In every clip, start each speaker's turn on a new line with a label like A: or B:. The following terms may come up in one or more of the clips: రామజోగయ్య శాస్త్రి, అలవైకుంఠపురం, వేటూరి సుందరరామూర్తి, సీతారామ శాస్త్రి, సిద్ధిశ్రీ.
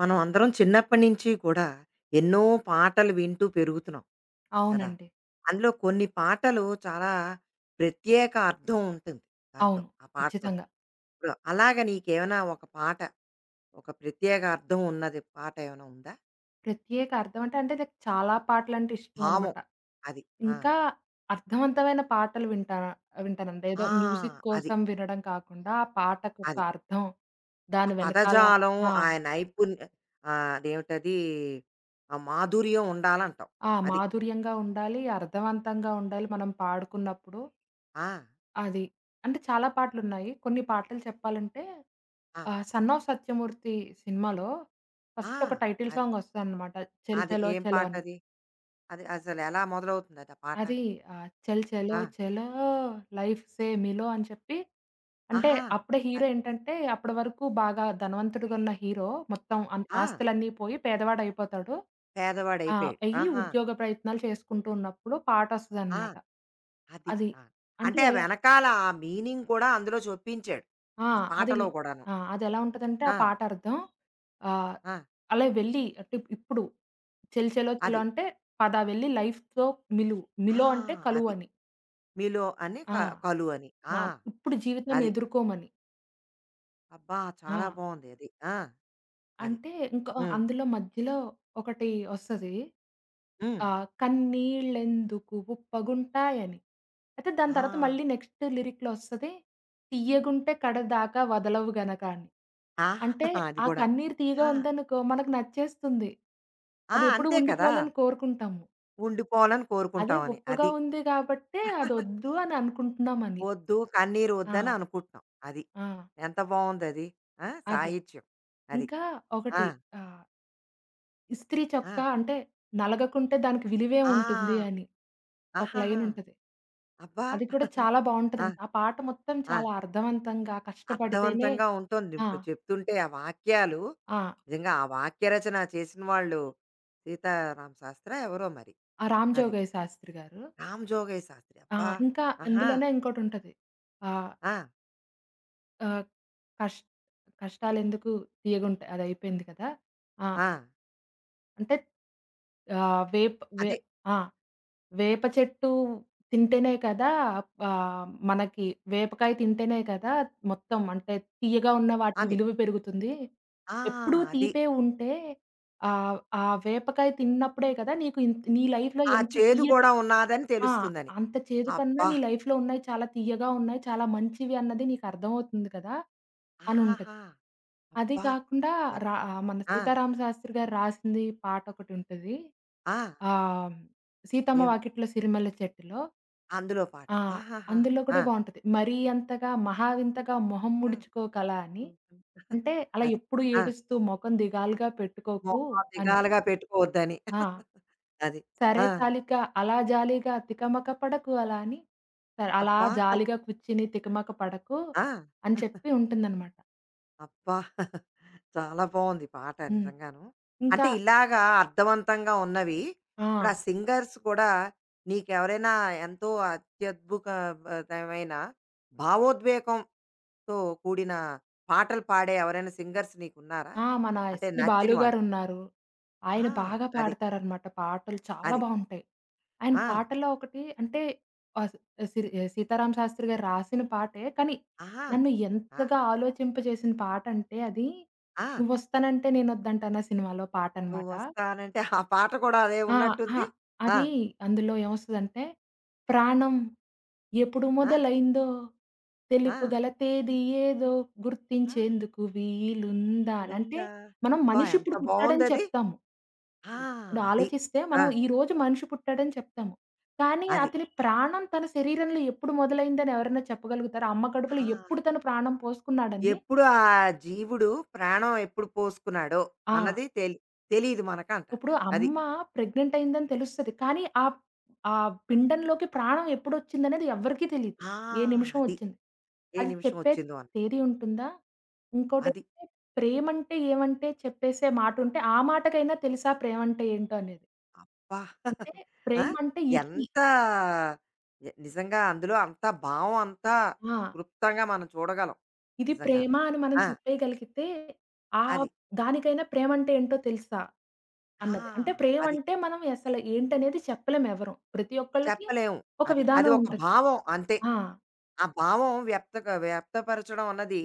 A: మనం అందరం చిన్నప్పటి నుంచి కూడా ఎన్నో పాటలు వింటూ పెరుగుతున్నాం కదా.
B: అవునండి.
A: అందులో కొన్ని పాటలు చాలా ప్రత్యేక అర్థం ఉంటుంది దాంట్లో
B: అవును.
A: ఆ పాటలోని
B: ఖచ్చితంగా.
A: ఇప్పుడు అలాగ నీకేమైనా ఒక పాట, ఒక ప్రత్యేక అర్థం ఉన్నది పాట ఏమైనా ఉందా?
B: ప్రత్యేక అర్థం అంటే, అంటే నాకు చాలా పాటలంటే
A: భావం,
B: ఇష్టమనమాట.
A: అది, ఆ
B: ఇంకా అర్థవంతమైన పాటలు వింటానండి. ఏదో
A: ఆ,
B: మ్యూజిక్
A: అది,
B: కోసం వినడం కాకుండా, ఆ పాటకొక
A: అది,
B: అర్థం,
A: ఆ
B: దాని వెనకాల
A: పదజాలం,
B: ఆ!
A: ఆ నైపుణ్య, అదేమిటది, ఆ మాధుర్యం ఉండాలంటాం.
B: ఆ!
A: అది,
B: మాధుర్యంగా ఉండాలి, అర్థవంతంగా ఉండాలి మనం పాడుకున్నప్పుడు.
A: ఆ,
B: అది. అంటే చాలా పాటలున్నాయి. కొన్ని పాటలు చెప్పాలంటే
A: ఆ,
B: 'సన్ ఆఫ్ సత్యమూర్తి' సినిమాలో
A: ఆ,
B: ఫస్ట్ ఒక టైటిల్
A: అది
B: సాంగ్ వస్తదనమాట. 'చెల్
A: అది
B: చెలో
A: ఏం
B: చెలో'
A: పాట
B: అని.
A: అది? అది అసలెలా మొదలవుతుందది ఆ పాట?
B: అది 'చల్ చలో
A: ఆ!
B: చలో లైఫ్ సే మిలో' అని చెప్పి అంటే
A: ఆహా!
B: అప్పుడే హీరో
A: అది.
B: ఏంటంటే అప్పటి వరకు బాగా ధనవంతుడుగున్న హీరో మొత్తం అన్
A: ఆ!
B: ఆస్తులన్నీ పోయి పేదవాడయిపోతాడు. ఆ!
A: పేదవాడయిపోయాడు.
B: అయ్యి
A: ఆహా!
B: ఉద్యోగ ప్రయత్నాలు చేసుకుంటూ ఉన్నప్పుడు
A: ఆ!
B: పాటొస్తదనమాట.
A: అది.
B: అది
A: ఆ!
B: అంటే
A: అంటే
B: ఎలా
A: వెనకాల ఆ మీనింగ్ కూడా అందులో చొప్పించాడు.
B: ఆ!
A: ఆ
B: అది
A: పాటలో కూడాను.
B: ఆ! అదెలా ఉంటదంటే ఆ
A: ఆ!
B: పాట అర్థం ఆహ్,
A: ఆ!
B: అలా వెళ్ళి అంటే ఇప్పుడు 'చెల్ చలో చలో'
A: అది.
B: అంటే పద వెళ్ళి లైఫ్‌తో మిలువు.
A: ఆ!
B: మిలో అంటే
A: అది.
B: కలువని.
A: మీలో అని క
B: ఆ!
A: కలు అని. ఆ!
B: ఆ! ఇప్పుడు జీవితాన్ని
A: అది.
B: ఎదుర్కోమని.
A: అబ్బా!
B: ఆ!
A: చాలా బావుంది అది. ఆ! అది.
B: అంటే ఇంకా
A: హ్మ్.
B: అందులో మధ్యలో ఒకటి ఒస్తది.
A: హ్మ్.
B: కన్నీళ్ళెందుకు ఉప్పగుంటాయని. అయితే దాని
A: ఆ!
B: తర్వాత మళ్ళీ నెక్స్ట్ లిరిక్‌లో ఒస్తది. తియ్యగుంటే కడదాకా వదలవు గనక అని.
A: ఆ!
B: అంటే
A: అది
B: ఆ
A: గూడా.
B: కన్నీరు తియ్యగా
A: ఆ!
B: ఉందనుకో మనకు నచ్చేస్తుంది.
A: ఆ!
B: అదెప్పుడు
A: అంతే కదా!
B: ఉండిపోవాలని కోరుకుంటాము.
A: ఉండిపోవాలని
B: అదే
A: కోరుకుంటామని.
B: ఉప్పగా
A: అది.
B: ఉంది కాబట్టే అదొద్దు అని అనుకుంటున్నామని.
A: వద్దు కన్నీరు
B: ఆ!
A: వద్దని అనుకుంటున్నాం. అది.
B: ఆ!
A: ఎంత బావుందది. ఆ!
B: అదే.
A: సాహిత్యం. అది.
B: ఇంకా
A: ఆ!
B: ఒకటి ఆహ్ ఇస్త్రీ
A: ఆ!
B: చొక్కా అంటే నలగకుంటే దానికి విలువే
A: ఆ!
B: ఉంటుంది అని ఒక
A: ఆహాహా!
B: లైన్ ఉంటది.
A: అబ్బా!
B: అది కూడా చాలా
A: ఆ!
B: బావుంటదండి. ఆ పాట మొత్తం
A: ఆ!
B: చాలా అర్థవంతంగా కష్టపడితేనే
A: అర్థవంతంగా ఉంటుంది.
B: ఆ!
A: ఇప్పుడు చెప్తుంటే ఆ వాక్యాలు
B: ఆ!
A: నిజంగా ఆ వాక్య రచన చేసిన వాళ్ళు సీతారామ శాస్త్రా ఎవరో మరి.
B: ఆ 'రామ్
A: అది.
B: జోగయ్య శాస్త్రి' గారు.
A: రామజోగయ్య శాస్త్రి.
B: ఆ!
A: అబ్బా!
B: ఇంకా
A: ఆహా!
B: ఇందులోనే ఇంకోటుంటది. ఆహ్,
A: ఆ!
B: ఆహ్, కష్ కష్టాలెందుకు తీయగుంటాయి అదయిపోయింది కదా! ఆ!
A: ఆ!
B: అంటే ఆహ్, వేప్ వే
A: అదే.
B: ఆ! వేప చెట్టు తింటేనే కదా! మనకి వేపకాయ తింటేనే కదా! మొత్తం అంటే తియ్యగా ఉన్న వాటికి
A: అదే.
B: విలువ పెరుగుతుంది.
A: ఆ!
B: ఎప్పుడూ
A: అది.
B: తీపే ఉంటే ఆ వేపకాయ తిన్నప్పుడే కదా! నీకు నీ లైఫ్‌లో
A: ఆ
B: ఎంత
A: చేదు
B: తియ్యటి
A: కూడా ఉన్నాదని
B: ఆ!
A: తెలుస్తుందని.
B: అంత చేదు కన్నా
A: అబ్బా!
B: నీ లైఫ్‌లో ఉన్నాయి చాలా తియ్యగా ఉన్నాయి, చాలా మంచివి అన్నది నీకు అర్థమవుతుంది కదా! అనుంటది.
A: ఆహాహా!
B: అది
A: అబ్బా!
B: కాకుండా
A: ఎన్
B: ఆ, మన
A: ఆ!
B: సీతారామ శాస్త్రి గారు రాసింది పాటొకటుంటది.
A: ఆ!
B: ఆహ్ 'సీతమ్మ
A: ఏం
B: వాకిట్లో సిరిమల్లె చెట్టులో'
A: అందులో పాట.
B: ఆ!
A: ఆహాహా!
B: అందులో
A: ఆ!
B: కూడా బావుంటది. మరీ అంతగా మహా వింతగా మొహం
A: ఆ!
B: ముడుచుకోకలా అని.
A: హ్మ్. హ్మ్.
B: అంటే అలా
A: అది.
B: ఎప్పుడు
A: ఆ!
B: ఏడుస్తూ మొఖం దిగాలుగా పెట్టుకోకు
A: మొహం
B: అని.
A: దిగాలుగా పెట్టుకోవద్దని.
B: ఆ!
A: అది.
B: సరే
A: ఆ!
B: చాలిక అలా జాలిగా తికమక పడకు అలా అని. సరే అలా
A: అబ్బా!
B: జాలిగా కూర్చుని తికమక పడకు
A: ఆ!
B: అని చెప్పి ఉంటుందనమాట.
A: అబ్బా! చాలా బావుంది పాట
B: హ్మ్.
A: నిజంగాను.
B: ఇంకా
A: అంటే ఇలాగా అర్థవంతంగా ఉన్నవి,
B: ఆ!
A: ఇప్పుడు ఆ సింగర్స్ కూడా నీకెవరైనా ఎంతో అత్యద్భుతమైన భావోద్వేగంతో కూడిన పాటలు పాడే ఎవరైనా సింగర్స్ నీకున్నారా?
B: ఆ! మన
A: అంటే
B: ఎస్‌పి
A: నచ్చిన
B: బాలు
A: వాళ్ళు.
B: గారున్నారు.
A: ఆ!
B: ఆయన బాగా
A: అది.
B: పాడతారనమాట పాటలు చాలా
A: అది.
B: బావుంటాయి. ఆయన
A: ఆ!
B: పాటల్లో ఒకటి అంటే ఆహ్, 'సీతారామ శాస్త్రి' గారు రాసిన పాటే. కానీ
A: ఆహా!
B: నన్ను
A: ఆ!
B: ఎంతగా ఆలోచింపజేసిన పాటంటే అది
A: ఆ!
B: 'నువ్వొస్తానంటే నేనొద్దంటానా' సినిమాలో పాటనమాట.
A: నువ్వొస్తానంటే ఆ పాట కూడా అదే
B: ఆ! అహా!
A: ఉన్నట్టుంది. ఆ!
B: అది అందులో ఏమొస్తదంటే, ప్రాణం ఎప్పుడు
A: ఆ!
B: మొదలైందో
A: ఆ!
B: తెలుపగల తేదీ ఏదో
A: ఆ!
B: గుర్తించేందుకు వీలుందా అని. అంటే
A: లుందా.
B: మనం
A: అబ్బా! ఎంత
B: మనిషిప్పుడు పుట్టాడని
A: బావుందది.
B: చెప్తాము.
A: ఆ!
B: ఇప్పుడు
A: అది.
B: ఆలోచిస్తే
A: ఆ!
B: మనం ఈ రోజు మనిషి పుట్టాడని చెప్తాము. కానీ
A: అది.
B: అతని ప్రాణం తన శరీరంలో ఎప్పుడు మొదలైందని ఎవరైనా చెప్పగలుగుతారా? అమ్మ కడుపులో
A: ఆ!
B: ఎప్పుడు తను ప్రాణం పోసుకున్నాడని
A: ఎప్పుడు ఆ జీవుడు ప్రాణం ఎప్పుడు పోసుకున్నాడో
B: ఆ!
A: అన్నది తెలీదు మనకంటారు.
B: ఇప్పుడు
A: అది.
B: అమ్మ ప్రెగ్నెంట్ అయిందని తెలుస్తది. కానీ ఆ ఆ పిండంలోకి ప్రాణం ఎప్పుడొచ్చిందనేది ఎవ్వరికీ తెలీదు.
A: ఆ!
B: ఏ నిమిషం
A: అది.
B: ఒచ్చింది.
A: ఏ
B: అది
A: నిమిషం
B: చెప్పే
A: వచ్చిందో అని.
B: తేదీ ఉంటుందా?
A: అది.
B: ఇంకోటేంటంటే ప్రేమంటే ఏమంటే చెప్పేసే మాటుంటే ఆ మాటకైనా తెలుసా ప్రేమంటే ఏంటో అనేది.
A: అబ్బా!
B: అంటే
A: ఆ!
B: ప్రేమంటే ఇది.
A: ఎంత నిజంగా అందులో అంత భావం అంతా
B: ఆ!
A: క్లుప్తంగా మనం చూడగలం.
B: ఇది
A: నిజంగాను.
B: ప్రేమ అని మనం
A: ఆ!
B: చెప్పేయగలిగితే, ఆ
A: అది.
B: దానికైనా ప్రేమంటే ఏంటో తెలుసా?
A: ఆ!
B: అన్నది. అంటే
A: అది.
B: ప్రేమంటే మనం అసలు ఏంటనేది చెప్పలేమెవరం. ప్రతి ఒక్కళ్ళకి
A: చెప్పలేము.
B: ఒక
A: అది. అది
B: విధానం
A: ఒక
B: ఉంటది.
A: భావం అంతే.
B: ఆ!
A: ఆ భావం వ్యక్తపరచడం అన్నది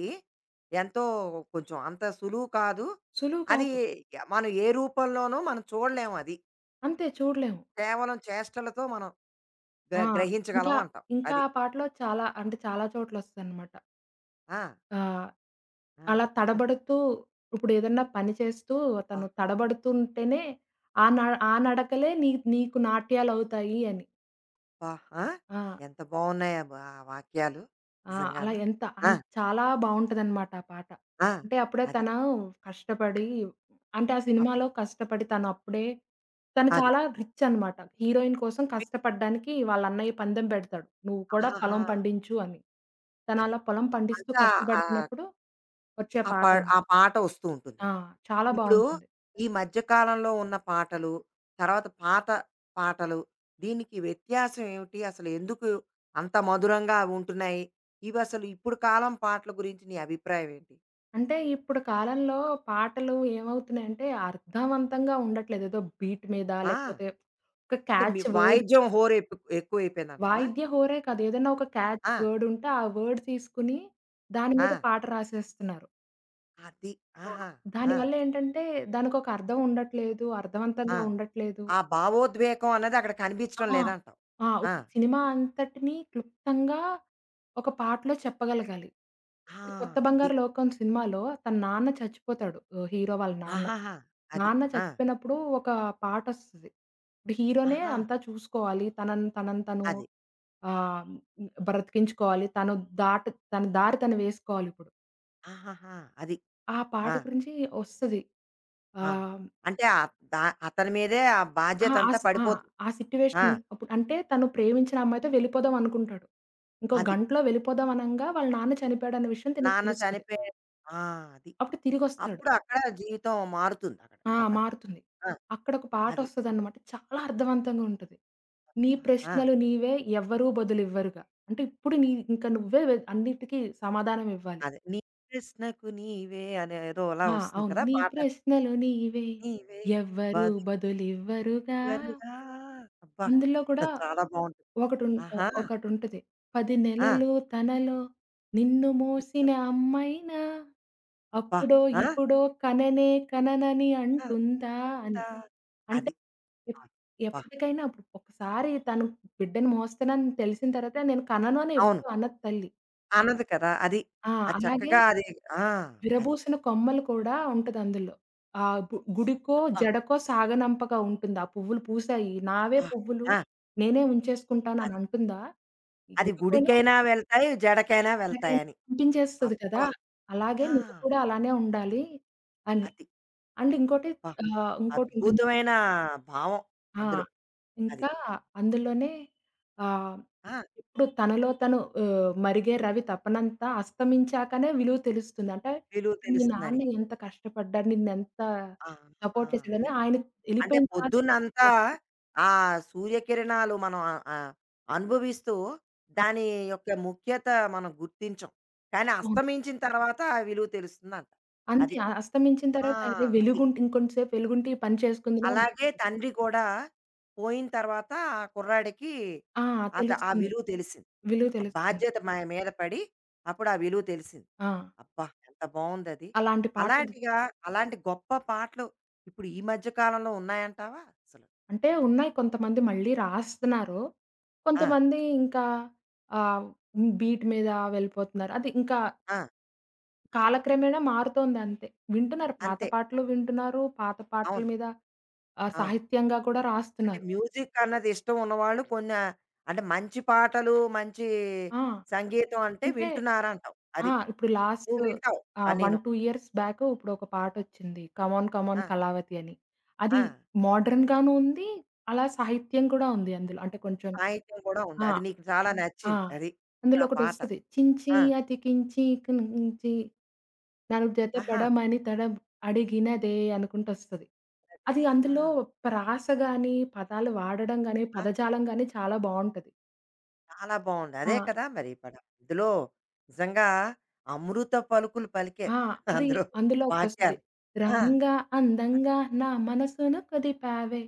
A: ఎంతో కొంచెం అంత సులువు కాదు.
B: సులువు
A: అది
B: కాదు.
A: మనం ఏ రూపంలోనూ మనం చూడలేము అది.
B: అంతే చూడలేము.
A: కేవలం చేష్టలతో మనం గ
B: ఆ! ఇంకా,
A: గ్రహించగలం అంటాం.
B: ఇంకా
A: అది.
B: ఆ పాటలో చాలా అంటే చాలా చోట్లొస్తదనమాట.
A: ఆ!
B: ఆహ్,
A: ఆ!
B: అలా తడబడుతూ ఇప్పుడేదన్నా పని చేస్తూ
A: అబ్బా!
B: తను తడబడుతుంటేనే ఆ న ఆ నడకలే నీకు నాట్యాలవుతాయి అని.
A: అబ్బా! ఆ!
B: ఆ!
A: ఎంత బావున్నాయి ఆ వాక్యాలు
B: ఆ! అలా
A: నిజంగాను.
B: ఎంత అం
A: ఆ!
B: చాలా బావుంటదనమాట ఆ పాట.
A: ఆ!
B: అంటే అప్పుడే
A: అది.
B: తను కష్టపడి అంటే ఆ
A: అప్పుడు
B: సినిమాలో కష్టపడి తనప్పుడే తను
A: అది.
B: చాలా రిచ్ అనమాట. హీరోయిన్ కోసం కష్టపడ్డానికి వాళ్ళ అన్నయ్య పందెం పెడతాడు. "నువ్వు కూడా
A: ఆహాహా!
B: పొలం పండించు" అని. తను
A: అది.
B: అలా పొలం పండిస్తూ
A: అంతా ఆ
B: కష్టపడుతున్నప్పుడు వచ్చే
A: ఆ పా
B: పాటనమాట.
A: ఆ పాట వస్తూ
B: ఆ!
A: ఉంటుందది.
B: చాలా
A: ఇప్పుడు
B: బావుంటుంది.
A: ఈ మధ్య కాలంలో ఉన్న పాటలు, తర్వాత పాత పాటలు, దీనికి వ్యత్యాసం ఏమిటి? అసలు ఎందుకు అంత మధురంగా అవి ఉంటున్నాయి? ఇవసలు ఇప్పుడు కాలం పాటల గురించి నీ అభిప్రాయం ఏంటి?
B: అంటే ఇప్పుడు కాలంలో పాటలు ఏమవుతున్నాయంటే అర్థవంతంగా ఉండట్లేదు. ఏదో బీట్ మీద
A: ఆ!
B: లేకపోతే ఒక
A: అంటే మీ
B: క్యాచ్ వర్డ్
A: వాయిద్యం హోరు ఎప్పు ఎక్కువైపోయిందంటావా?
B: వాయిద్య హోరే కాదు. ఏదైనా ఒక క్యాచ్
A: ఆ!
B: వర్డ్ ఉంటే, ఆ వర్డ్ తీసుకొని దాని
A: ఆ!
B: మీద పాట రాసేస్తున్నారు.
A: అది.
B: ఆ!
A: ఆహా! ఆ!
B: దానివల్ల ఏంటంటే, దానికొక అర్థం ఉండట్లేదు.
A: ఆ!
B: అర్థవంతంగా ఉండట్లేదు.
A: ఆ భావోద్వేగం అన్నది అక్కడ కనిపించడం
B: ఆ!
A: లేదంటావు.
B: ఆ! ఒక
A: ఆ!
B: సినిమా అంతటిని క్లుప్తంగా ఒక పాటలో చెప్పగలగాలి.
A: ఆ!
B: ఇప్పుడు 'కొత్త
A: అది.
B: బంగారు లోకం' సినిమాలో తన నాన్న చచ్చిపోతాడు. హీరో వాళ్ళ నాన్న.
A: ఆహాహా! అది.
B: నాన్న
A: ఆ!
B: చచ్చిపోయినప్పుడు ఒక పాటొస్తది. ఇప్పుడు హీరోనే
A: ఆహా!
B: అంతా చూసుకోవాలి. తనని తనని తను
A: అది.
B: ఆహ్, హ్మ్. బ్రతికించుకోవాలి. తను దాట తన దారి తను వేసుకోవాలిప్పుడు.
A: ఆహాహా! అది.
B: ఆ పాట
A: ఆ!
B: గురించి ఒస్తది.
A: ఆ!
B: ఆహ్,
A: అంటే ఆహ్, ద అతని మీదే ఆ
B: ఆ! ఆ
A: బాధ్యతంతా
B: సి ఆ!
A: పడిపోతుంది.
B: ఆ
A: ఆ!
B: సిట్యుయేషన్ అప్పుడు అంటే తను ప్రేమించిన అమ్మాయితో వెళ్ళిపోదాం అనుకుంటాడు. ఇంకో
A: అది.
B: గంటలో వెళ్ళిపోదాం అనంగా వాళ్ళ నాన్న చనిపోయాడన్న విషయం తనకి
A: నాన్న
B: తెలుస్తది.
A: చనిపోయే ఆ! అది.
B: అప్పుడు తిరిగొస్తాడు.
A: అప్పుడు అక్కడ జీవితం మారుతుందక్కడ
B: ఆ!
A: అతనికి.
B: మారుతుంది.
A: ఆ!
B: అక్కడొక
A: అది.
B: పాటొస్తదనమాట. చాలా అర్థవంతంగా ఉంటది. నీ
A: ఆ!
B: ప్రశ్నలు నీవే ఎవ్వరూ బదులివ్వరుగా. అంటే ఇప్పుడు నీ ఇంక నువ్వే వె అన్నిటికి సమాధానం ఇవ్వాలి.
A: అదే. నీ కృష్ణకు నీవే అనే ఏదో అలా
B: ఆ!
A: వస్తుంది
B: అవును.
A: కదా!
B: నీ
A: పాట.
B: ప్రశ్నలు నీవే
A: నీవే
B: ఎవ్వరు బదులివ్వరుగా
A: బదులివ్వరుగా. అబ్బా!
B: అందులో కూడా
A: చాలా బావుంటుంది.
B: ఒకటున్ ఒ
A: ఆహా!
B: ఒకటుంటది. 10
A: ఆ!
B: నెలలు తనలో నిన్ను మోసిన అమ్మైనా
A: అబ్బా!
B: అప్పుడో
A: ఆ!
B: ఇప్పుడో కననే కననని
A: ఆ!
B: అంటుందా అని.
A: గుండా.
B: అంటే
A: అది. ఆ!
B: ఎప్
A: అబ్బా!
B: ఎప్పటికైనా అప్పుడు ఒకసారి తను బిడ్డను మోస్తున్నానని తెలిసిన తర్వాత నేను కనను అని
A: అవును.
B: ఎప్పుడు అనదు తల్లి.
A: అనదు కదా! అది.
B: ఆ!
A: అది
B: అలాగే
A: చక్కగా అది ఆ! అది.
B: విరబూసిన కొమ్మలు కూడా ఉంటదందులో. ఆ గుడికో,
A: ఆ!
B: జడకో సాగనంపగా ఉంటుంది. ఆ పువ్వులు పూసాయి. నావే
A: ఆ!
B: పువ్వులు
A: ఆ!
B: నేనే
A: అది.
B: ఉంచేసుకుంటాననంటుందా? ఈ
A: అది
B: గుడికోనో
A: గుడికైనా వెళ్తాయి, జడకైనా
B: ఎక్కడికైనా
A: వెళ్తాయని.
B: పంపించేస్తది కదా!
A: అబ్బా!
B: అలాగే
A: ఆ!
B: నువ్వు కూడా అలానే ఉండాలి అని.
A: అది.
B: అండ్ ఇంకోటి
A: అబ్బా!
B: ఇంకోటుంటుంది.
A: అద్భుతమైన భావం
B: ఆ!
A: అందులో. అది.
B: ఇంకా అందులోనే ఆహ్
A: ఆ!
B: ఇప్పుడు తనలో తను మరిగే రవి తపనంత అస్తమించాకనే విలువ తెలుస్తుంది. అంటే
A: విలువ
B: మీ
A: తెలుస్తుందని.
B: నాన్న ఎంత కష్టపడ్డాడు, నిన్నెంత
A: ఆ! ఆ!
B: సపోర్ట్
A: అది.
B: చేసాడని ఆయన
A: అంటే
B: ఎళ్ళిపోయిన తర్వాతే
A: పొద్దున్నంతా
B: నీకర్థమవుతుంది.
A: ఆ సూర్యకిరణాలు మనం ఆహ్, ఆహ్, అనుభవిస్తూ
B: ఆ!
A: దాని యొక్క ముఖ్యత మనం గుర్తించం. కానీ
B: అవును.
A: అస్తమించిన తర్వాత ఆ విలువ తెలుస్తుందంట.
B: అంతే
A: అది.
B: అస్తమించిన
A: ఆ!
B: తర్వాత అరే!
A: అది.
B: వెలుగుంటే ఇంకొంచెం సేపు వెలుగుంటే ఈ పని చేసుకుందులే
A: అలాగే
B: అనిపిస్తుంది.
A: తండ్రి కూడా పోయిన తర్వాత ఆ కుర్రాడికి
B: ఆ!
A: అత ఆ
B: తెలుస్తుంది.
A: విలువ తెలిసింది.
B: విలువ
A: ఆ
B: తెలుస్తుంది.
A: బాధ్యత మా మీద పడి అప్పుడు ఆ విలువ తెలిసింది.
B: ఆ!
A: అబ్బా! ఎంత బావుందది.
B: అలాంటి పాటలు
A: అలాంటిగా అలాంటి గొప్ప పాటలు ఇప్పుడు ఈ మధ్య కాలంలో ఉన్నాయంటావా అసలు?
B: అంటే ఉన్నాయి కొంతమంది మళ్ళీ రాస్తున్నారు.
A: ఆ!
B: కొంతమంది ఇంకా ఆహ్, బీట్ మీద వెళ్ళిపోతున్నారు. అది ఇంకా
A: ఆ!
B: కాలక్రమేణా మారుతోందంతే. వింటున్నారు. పాత
A: అంతే.
B: పాటలు వింటున్నారు. పాత పాటల
A: అవును.
B: మీద
A: అవును.
B: సాహిత్యంగా కూడా
A: అంటే
B: రాస్తున్నారు.
A: మ్యూజిక్ అన్నది ఇష్టం ఉన్నవాళ్ళు కొన్ని అంటే మంచి పాటలు, మంచి
B: ఆ!
A: సంగీతం అంటే
B: అంటే
A: వింటున్నారంటావు.
B: ఆ!
A: అది.
B: ఇప్పుడు లాస్ట్
A: నువ్వు వింటావు. ఆ!
B: 1,
A: నేను.
B: 2 ఇయర్స్ బ్యాక్ ఇప్పుడొక పాటొచ్చింది. 'కమాన్ కమాన్
A: ఆ!
B: కలావతి' అని. అది
A: ఆ!
B: మోడర్న్‌గాను ఉంది. అలా సాహిత్యం కూడా ఉంది అందులో. అంటే కొంచెం
A: సాహిత్యం కూడా ఉంది.
B: ఆ!
A: అది నీకు చాలా హ్మ్.
B: ఆ!
A: నచ్చింది. అది.
B: అందులో
A: ఆ పాట.
B: ఒకటొస్తది. చించి
A: ఆ!
B: అతికించి కుంచి నాలుగు జత
A: ఆహా!
B: పడమని తడం అడిగినదే అనుకుంటొస్తది.
A: అదే.
B: అది
A: ఆహా!
B: అందులో ప్రాస గాని, పదాలు వాడడం గాని,
A: ఆ!
B: పదజాలం గాని చాలా బావుంటది.
A: చాలా బావుంది. అదే
B: ఆ!
A: కదా! మరి పడ ఇందులో నిజంగా అమృత పలుకులు పలికారు.
B: ఆ! అది
A: అందులో
B: అందులో ఒకటొస్తది.
A: వాక్యాలు. ఆ!
B: రంగా అందంగా నా మనసును కదిపావే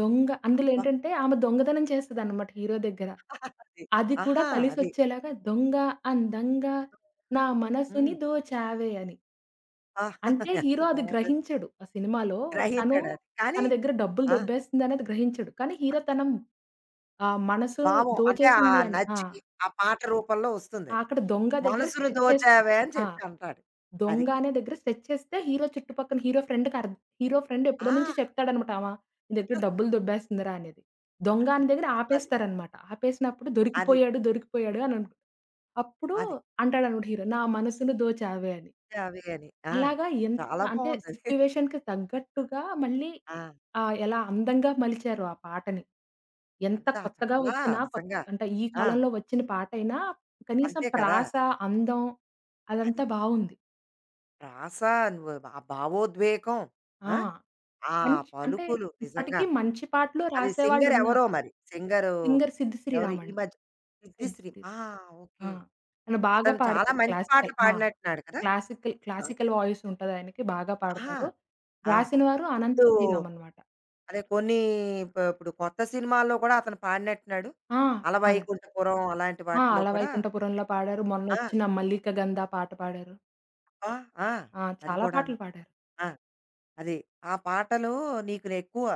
B: దొంగ అందులో
A: అబ్బా!
B: ఏంటంటే ఆమె దొంగతనం చేస్తదనమాట హీరో దగ్గర.
A: అది.
B: అది కూడా
A: ఆహా! అది.
B: కలిసొచ్చేలాగా దొంగ అందంగా నా మనసుని
A: హ్మ్.
B: దోచావే అని.
A: ఆ!
B: అంటే
A: ఎంత
B: హీరో అది
A: బావుందో
B: గ్రహించడు. ఆ సినిమాలో తను
A: గ్రహించాడది. కానీ
B: తన దగ్గర డబ్బులు
A: ఆ!
B: దొబ్బేస్తుందనేది గ్రహించడు. కానీ హీరో తన మనసు
A: భావం అంటే
B: దోచేసింది అని. ఆ!
A: నచ్చి ఆ పాట రూపంలో
B: ఆ,
A: వస్తుందది.
B: అక్కడ దొంగ దగ్గర
A: మనసును
B: సెట్ చేస్తాడు.
A: దోచావే అని
B: ఆ!
A: చెప్పి అంటాడు. అది.
B: దొంగ అనే దగ్గర సెట్ చేస్తే హీరో చుట్టుపక్కన హీరో ఫ్రెండ్‌కి అర్ హీరో ఫ్రెండ్ ఎప్పుడో
A: ఆ!
B: నుంచి చెప్తాడనమాట. నీ దగ్గర డబ్బులు దొబ్బేస్తుందిరా అనేది. దొంగ అనే దగ్గర
A: అది.
B: ఆపేస్తారనమాట. ఆపేసినప్పుడు
A: అది.
B: దొరికిపోయాడు, దొరికిపోయాడు అని అప్పుడు
A: అది.
B: అంటాడన్నమాట హీరో. నా మనసును దోచావే అని.
A: అవి అని. ఆ!
B: అలాగా ఎంత
A: చాలా
B: అంటే
A: బావుందది.
B: సిట్యుయేషన్‌కి తగ్గట్టుగా మళ్ళీ
A: ఆ!
B: ఎలా అందంగా మలిచారు ఆ పాటని. ఎంత
A: అంతా
B: కొత్తగా
A: చాలా
B: వచ్చినా
A: నిజంగా.
B: అంటే ఈ
A: ఆ!
B: కాలంలో వచ్చిన పాటైనా కనీసం
A: అంతే కదా!
B: ప్రాస, అందం
A: అది.
B: అదంతా బావుంది.
A: ప్రాస నువ్వు ఆ భావోద్వేగం.
B: ఆ!
A: ఆ! ఆ
B: మంచి అంటే
A: పలుకులు
B: ఇప్పటికీ
A: నిజంగాను.
B: మంచి పాటలు
A: అది సింగర్
B: రాసేవాళ్ళున్నారు.
A: ఎవరో మరి? సింగరు
B: సింగర్ సిద్
A: ఎవరు ఈ
B: శ్రీరామండి.
A: మధ్య
B: సిద్
A: 'సిద్ధిశ్రీ'.
B: శ్రీ
A: ఆ!
B: ఆ!
A: ఓకే.
B: తను బాగా
A: అతను చాలా
B: పాడతారు
A: మంచి పాటలు
B: క్లాసికల్. ఆ!
A: పాడినట్టున్నాడు కదా!
B: క్లాసికల్, క్లాసికల్ వాయిస్ ఉంటదాయనకి బాగా
A: ఆహా!
B: పాడతారు.
A: ఆ!
B: రాసినవారు అనంత్
A: ఇప్పుడు
B: శ్రీరామ్ అనమాట.
A: అదే కొన్ని ఇప్పుడు కొత్త సినిమాల్లో కూడా అతను పాడినట్టున్నాడు.
B: ఆ! పాడారు.
A: 'అలవైకుంఠపురం' అలాంటి
B: ఆ!
A: వాటిలో
B: 'ఆల
A: కూడా
B: వైకుంఠపురంలో' పాడారు.
A: ఆ!
B: మొన్నొచ్చిన 'మల్లికగంధ' పాట పాడారు.
A: ఆ! ఆ!
B: ఆ!
A: అది
B: చాలా
A: కూడాను.
B: పాటలు పాడారు.
A: ఆ! అది. ఆ పాటలు ఎక్కువ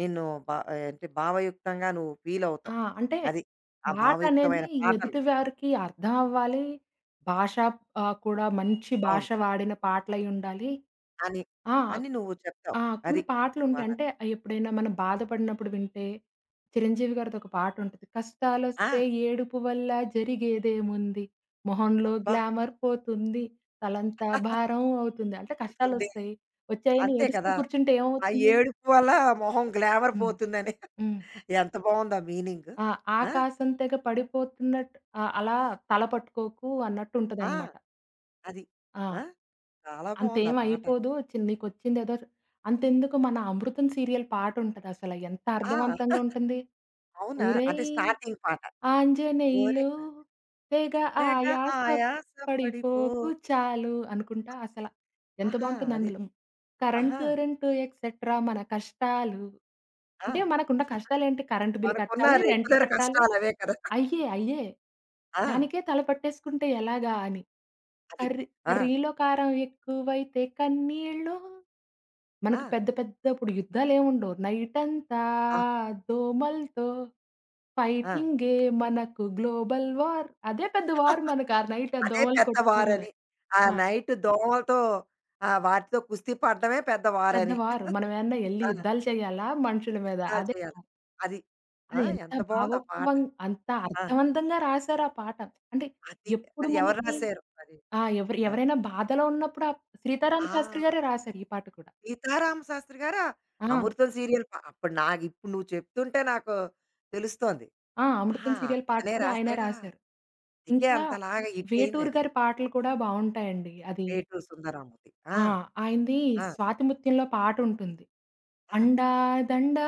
A: నిన్ను బా అంటే భావయుక్తంగా నువ్వు ఫీల్
B: ఆ!
A: అవుతావు.
B: అంటే
A: అది. ఆ
B: పాటనేది
A: భావయుక్తమైన పాటలు.
B: ఎదుటి వారికి అర్థం అవ్వాలి. భాష కూడా మంచి
A: అవును.
B: భాష వాడిన పాటలయ్యుండాలి.
A: అని,
B: ఆ!
A: అని నువ్వు చెప్తావు.
B: ఆ!
A: అది.
B: కొన్ని పాటలుంటాయి.
A: సినిమానది.
B: అంటే ఎప్పుడైనా మనం బాధపడినప్పుడు వింటే, చిరంజీవి గారిది ఒక పాటుంటది.
A: ఆ!
B: కష్టాలొస్తే ఏడుపు వల్ల జరిగేదేముంది, మొహంలో
A: అబ్బా!
B: గ్లామర్ పోతుంది, తలంతా భారం అవుతుంది. అంటే
A: అద్భుతుంది.
B: కష్టాలొస్తాయి. వచ్చాయని
A: అంతే
B: ఏడుస్తూ
A: కదా!
B: కూర్చుంటే
A: ఆ
B: ఏమవుతుంది?
A: ఏడుపు వల్ల మొహం గ్లామర్
B: హ్మ్.
A: పోతుందని.
B: హ్మ్.
A: ఎంత బావుంది ఆ మీనింగ్.
B: ఆ!
A: ఆ!
B: ఆకాశం తెగ పడిపోతున్నట్టు ఆ! అలా తల పట్టుకోకు
A: ఆ!
B: అన్నట్టుంటదనమాట.
A: అది.
B: ఆ!
A: ఆ! చాలా బావుంది ఆ
B: అంతేం
A: పాట.
B: అయిపోదు. నీకొచ్చిందేదో అంతెందుకు మన 'అమృతం' సీరియల్ పాటుంటదసల ఎంత
A: ఆ!
B: అర్థవంతంగా ఉంటుంది.
A: అవునా? అంటే
B: ఒరేయ్!
A: స్టార్టింగ్ పాట. ఒరే
B: ఆంజనేయులు తెగ
A: తెగ
B: ఆయాస
A: ఆయాస పడిపో
B: పడిపోకు చాలు అనుకుంటా అసల. ఎంత
A: ఆహా!
B: బావుంటుంది
A: అది.
B: అందులో.
A: ఆహా!
B: కరెంటు, రెంటు ఎక్సెట్రా మన కష్టాలు.
A: ఆ!
B: అంటే మనకున్న కష్టాలేంటి? కరెంట్ బిల్
A: మనకున్న
B: కట్టాలి, రెంట్
A: రెగ్యులర్
B: కట్టాలి.
A: కష్టాలవే కదా!
B: అయ్యే, అయ్యే.
A: ఆ!
B: దానికే తలపట్టేసుకుంటే ఎలాగా అని.
A: అది. ఆ!
B: కర్రీలో కారం ఎక్కువైతే కన్నీళ్ళు.
A: ఆ!
B: మనకు పెద్ద పెద్ద ఇప్పుడు యుద్ధాలేముండవు. నైటంతా
A: ఆ!
B: దోమలతో
A: ఆ!
B: ఫైటింగే మనకు గ్లోబల్ వార్. అదే పెద్ద వార్ మనకు ఆ నైట్ ఆ
A: అదే
B: దోమలు
A: పెద్ద
B: కొట్టుకోవడమే.
A: వారని. ఆ
B: ఆ!
A: నైట్ దోమలతో వాటితో కుస్తీ పడడమే పెద్ద
B: పెద్ద
A: వారని.
B: వార్. మనమేమన్నా ఎళ్లి
A: ఆ!
B: యుద్ధాలు చేయాలా మనుషుల మీద?
A: యుద్ధాలు
B: అదే
A: చేయాలి. అది. ఆ!
B: అది ఎంత
A: ఎంత బావుంది ఆ పాట.
B: భావోక్వం అంత
A: ఆ!
B: అర్థవంతంగా రాశారు ఆ పాట. అంటే
A: అది.
B: ఎప్పుడు
A: అది ఎవరు
B: మనకి
A: రాశారు అది?
B: ఆ!
A: ఎవరు?
B: ఎవరైనా బాధలో ఉన్నప్పుడు 'సీతారామ
A: ఆ!
B: శాస్త్రి' గారే రాశారు ఈ పాట కూడా.
A: సీతారామ శాస్త్రి గారా?
B: ఆ!
A: 'అమృతం' సీరియల్ ప అప్పుడు నాకు ఇప్పుడు నువ్వు చెప్తుంటే నాకు తెలుస్తోంది.
B: ఆ!
A: ఆహా!
B: 'అమృతం' సీరియల్ పాట
A: అతనే
B: కూడా ఆయనే
A: రాసాడా?
B: రాశారు.
A: అందుకే
B: ఇంకా
A: అంతలాగా హిట్
B: 'వేటూరు'
A: అయిందది.
B: గారి పాటలు కూడా బావుంటాయండి. అది
A: 'వేటూరి సుందరరామూర్తి'. ఆ!
B: ఆ! ఆయనది
A: ఆ!
B: 'స్వాతి ముత్యంలో' పాటుంటుంది.
A: ఆ!
B: అండా దండా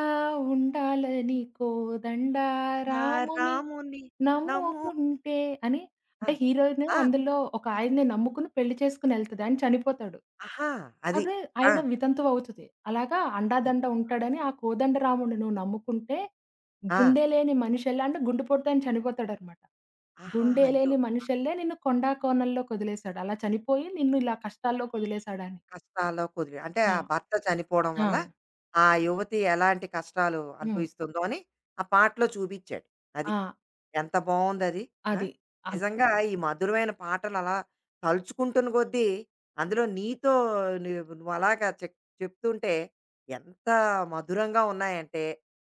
B: ఉండాలని కోదండా
A: నా
B: రాముని
A: రాముని నమ్ము
B: నమ్ముకుంటే అని
A: ఆ!
B: అంటే హీరోయిన్
A: ఆ!
B: అందులో ఒక ఆయన్ని నమ్ముకుని పెళ్లి చేసుకొని ఎళ్తది. ఆయన చనిపోతాడు.
A: ఆహా! అది.
B: అదే
A: ఆ!
B: ఆవిడ వితంతువు అవుతది. అలాగా
A: అయ్యో!
B: అండాదండ ఉంటాడని ఆ కోదండరాముడిని నువ్వు నమ్ముకుంటే
A: ఆ!
B: గుండె లేని మనిషెలా అంటే గుండెపోటుతో ఆయన చనిపోతాడనమాట.
A: ఆహాహా!
B: గుండె
A: అయ్యో!
B: లేని మనిషెల్లే నిన్ను కొండా కోనల్లోకొదిలేసాడు. అలా చనిపోయి నిన్ను ఇలా కష్టాల్లోకొదిలేసాడని.
A: కష్టాల్లో కుదిరి అంటే ఆ
B: ఆ!
A: భర్త చనిపోవడం
B: ఆ!
A: వల్ల ఆ యువతి ఎలాంటి కష్టాలు
B: హ్మ్.
A: అనుభవిస్తుందో అని ఆ పాటలో చూపించాడు. అది.
B: ఆ!
A: ఎంత బావుందది. ఆ!
B: అది. అది.
A: నిజంగా ఈ మధురమైన పాటలు అలా తలుచుకుంటున్న కొద్దీ, అందులో నీతో నీవు నువ్వలాగా చెప్ చెప్తుంటే ఎంత మధురంగా ఉన్నాయంటే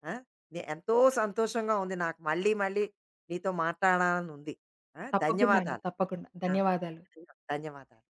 A: ఆ! నే ఎంతో సంతోషంగా ఉంది నాకు. మళ్ళీ, మళ్ళీ నీతో మాట్లాడాలనుంది. ఆ!
B: తప్పకుండా అండి.
A: ధన్యవాదాలు.
B: తప్పకుండా.
A: ఆ!
B: ధన్యవాదాలు.
A: ధన్యవాదాలు.